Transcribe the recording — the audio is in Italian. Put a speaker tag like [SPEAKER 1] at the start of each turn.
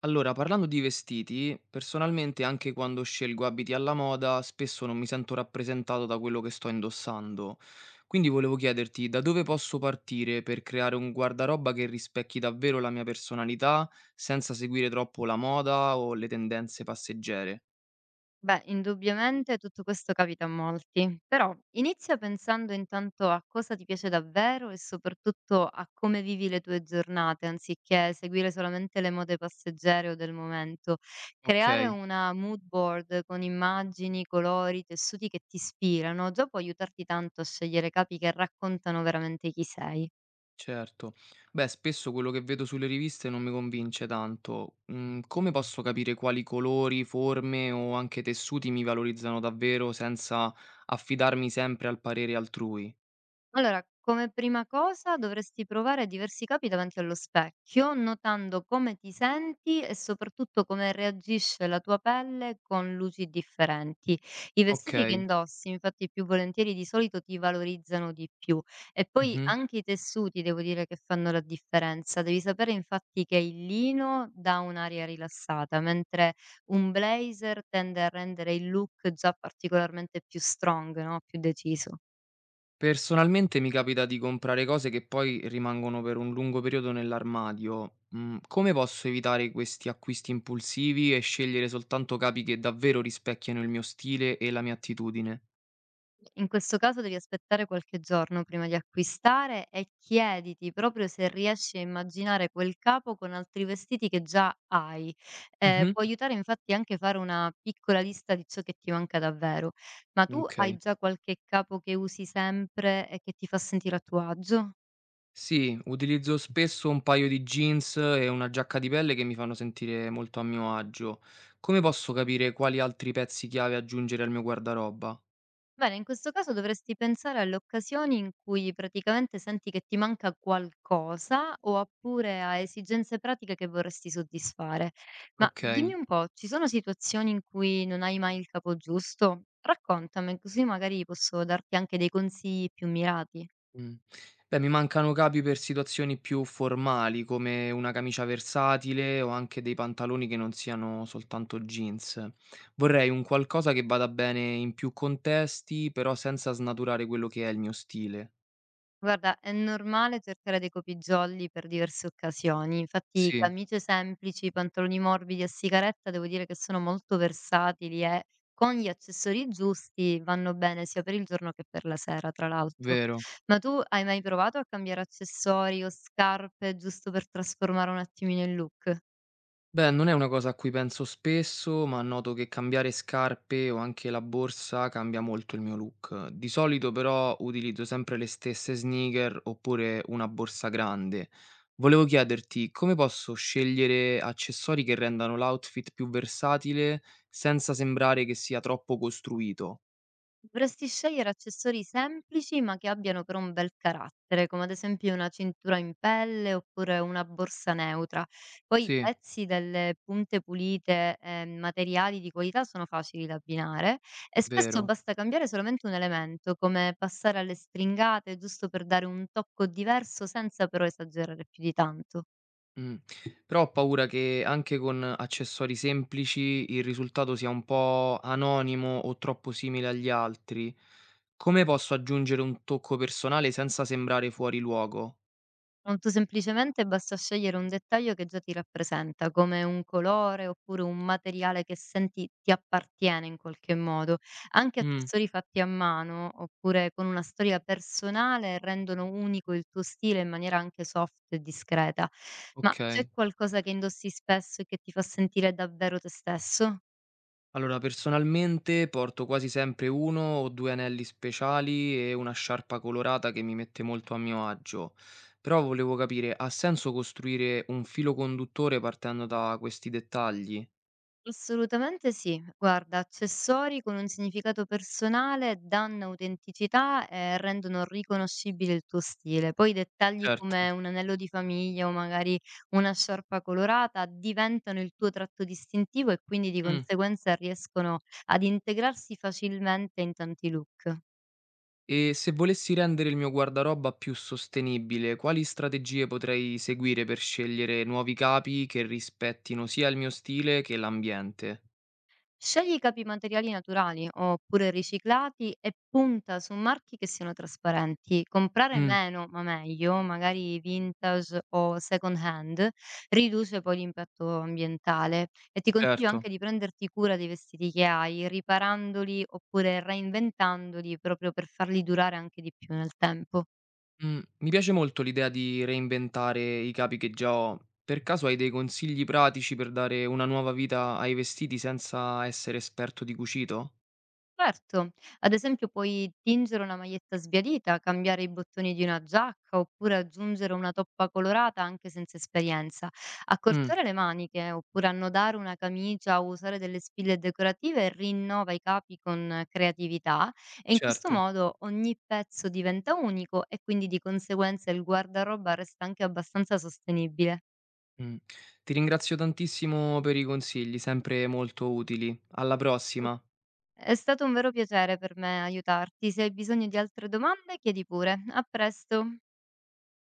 [SPEAKER 1] Allora, parlando di vestiti, personalmente anche quando scelgo abiti alla moda, spesso non mi sento rappresentato da quello che sto indossando. Quindi volevo chiederti da dove posso partire per creare un guardaroba che rispecchi davvero la mia personalità, senza seguire troppo la moda o le tendenze passeggere.
[SPEAKER 2] Beh, indubbiamente tutto questo capita a molti, però inizia pensando intanto a cosa ti piace davvero e soprattutto a come vivi le tue giornate, anziché seguire solamente le mode passeggere o del momento. Creare
[SPEAKER 1] Ok.
[SPEAKER 2] una mood board con immagini, colori, tessuti che ti ispirano, già può aiutarti tanto a scegliere capi che raccontano veramente chi sei.
[SPEAKER 1] Certo. Beh, spesso quello che vedo sulle riviste non mi convince tanto. Come posso capire quali colori, forme o anche tessuti mi valorizzano davvero senza affidarmi sempre al parere altrui?
[SPEAKER 2] Allora, come prima cosa dovresti provare diversi capi davanti allo specchio, notando come ti senti e soprattutto come reagisce la tua pelle con luci differenti. I vestiti che
[SPEAKER 1] Ok.
[SPEAKER 2] indossi, infatti, più volentieri di solito ti valorizzano di più. E poi
[SPEAKER 1] Mhm.
[SPEAKER 2] anche i tessuti, devo dire che fanno la differenza. Devi sapere infatti che il lino dà un'aria rilassata, mentre un blazer tende a rendere il look già particolarmente più strong, no? Più deciso.
[SPEAKER 1] Personalmente mi capita di comprare cose che poi rimangono per un lungo periodo nell'armadio. Come posso evitare questi acquisti impulsivi e scegliere soltanto capi che davvero rispecchiano il mio stile e la mia attitudine?
[SPEAKER 2] In questo caso devi aspettare qualche giorno prima di acquistare e chiediti proprio se riesci a immaginare quel capo con altri vestiti che già hai.
[SPEAKER 1] Mhm.
[SPEAKER 2] Può aiutare infatti anche fare una piccola lista di ciò che ti manca davvero. Ma tu hai
[SPEAKER 1] Ok.
[SPEAKER 2] già qualche capo che usi sempre e che ti fa sentire a tuo agio?
[SPEAKER 1] Sì, utilizzo spesso un paio di jeans e una giacca di pelle che mi fanno sentire molto a mio agio. Come posso capire quali altri pezzi chiave aggiungere al mio guardaroba?
[SPEAKER 2] Bene, in questo caso dovresti pensare alle occasioni in cui praticamente senti che ti manca qualcosa o oppure a esigenze pratiche che vorresti soddisfare. Ma
[SPEAKER 1] Ok.
[SPEAKER 2] dimmi un po', ci sono situazioni in cui non hai mai il capo giusto? Raccontami, così magari posso darti anche dei consigli più mirati.
[SPEAKER 1] Mm. Beh, mi mancano capi per situazioni più formali, come una camicia versatile o anche dei pantaloni che non siano soltanto jeans. Vorrei un qualcosa che vada bene in più contesti, però senza snaturare quello che è il mio stile.
[SPEAKER 2] Guarda, è normale cercare dei copigiolli per diverse occasioni. Infatti,
[SPEAKER 1] Sì,
[SPEAKER 2] camicie semplici, pantaloni morbidi a sigaretta devo dire che sono molto versatili, e con gli accessori giusti vanno bene sia per il giorno che per la sera, tra l'altro.
[SPEAKER 1] vero.
[SPEAKER 2] Ma tu hai mai provato a cambiare accessori o scarpe giusto per trasformare un attimino il look?
[SPEAKER 1] Beh, non è una cosa a cui penso spesso, ma noto che cambiare scarpe o anche la borsa cambia molto il mio look. Di solito però utilizzo sempre le stesse sneaker oppure una borsa grande. Volevo chiederti come posso scegliere accessori che rendano l'outfit più versatile senza sembrare che sia troppo costruito.
[SPEAKER 2] Dovresti scegliere accessori semplici ma che abbiano però un bel carattere, come ad esempio una cintura in pelle oppure una borsa neutra. Poi
[SPEAKER 1] Sì,
[SPEAKER 2] pezzi delle punte pulite e materiali di qualità sono facili da abbinare, e spesso
[SPEAKER 1] vero.
[SPEAKER 2] basta cambiare solamente un elemento, come passare alle stringate, giusto per dare un tocco diverso senza però esagerare più di tanto.
[SPEAKER 1] Mh. Però ho paura che anche con accessori semplici il risultato sia un po' anonimo o troppo simile agli altri. Come posso aggiungere un tocco personale senza sembrare fuori luogo?
[SPEAKER 2] Molto semplicemente basta scegliere un dettaglio che già ti rappresenta, come un colore oppure un materiale che senti ti appartiene in qualche modo. Anche
[SPEAKER 1] Mh,
[SPEAKER 2] accessori fatti a mano oppure con una storia personale rendono unico il tuo stile in maniera anche soft e discreta. Ma c'è
[SPEAKER 1] okay.
[SPEAKER 2] qualcosa che indossi spesso e che ti fa sentire davvero te stesso?
[SPEAKER 1] Allora, personalmente porto quasi sempre 1 o 2 anelli speciali e una sciarpa colorata che mi mette molto a mio agio. Però volevo capire, ha senso costruire un filo conduttore partendo da questi dettagli?
[SPEAKER 2] Assolutamente sì. Guarda, accessori con un significato personale danno autenticità e rendono riconoscibile il tuo stile. Poi i dettagli
[SPEAKER 1] Certo.
[SPEAKER 2] come un anello di famiglia o magari una sciarpa colorata diventano il tuo tratto distintivo e quindi di
[SPEAKER 1] Mh.
[SPEAKER 2] conseguenza riescono ad integrarsi facilmente in tanti look.
[SPEAKER 1] E se volessi rendere il mio guardaroba più sostenibile, quali strategie potrei seguire per scegliere nuovi capi che rispettino sia il mio stile che l'ambiente?
[SPEAKER 2] Scegli i capi materiali naturali oppure riciclati e punta su marchi che siano trasparenti. Comprare
[SPEAKER 1] Mm,
[SPEAKER 2] meno ma meglio, magari vintage o second hand, riduce poi l'impatto ambientale, e ti consiglio
[SPEAKER 1] certo.
[SPEAKER 2] anche di prenderti cura dei vestiti che hai, riparandoli oppure reinventandoli proprio per farli durare anche di più nel tempo.
[SPEAKER 1] Mi piace molto l'idea di reinventare i capi che già ho. Per caso hai dei consigli pratici per dare una nuova vita ai vestiti senza essere esperto di cucito?
[SPEAKER 2] Certo, ad esempio puoi tingere una maglietta sbiadita, cambiare i bottoni di una giacca oppure aggiungere una toppa colorata anche senza esperienza.
[SPEAKER 1] Mm,
[SPEAKER 2] Accorciare le maniche oppure annodare una camicia o usare delle spille decorative rinnova i capi con creatività, e in questo
[SPEAKER 1] certo.
[SPEAKER 2] modo ogni pezzo diventa unico e quindi di conseguenza il guardaroba resta anche abbastanza sostenibile.
[SPEAKER 1] Mm. Ti ringrazio tantissimo per i consigli, sempre molto utili. Alla prossima.
[SPEAKER 2] È stato un vero piacere per me aiutarti. Se hai bisogno di altre domande, chiedi pure. A presto.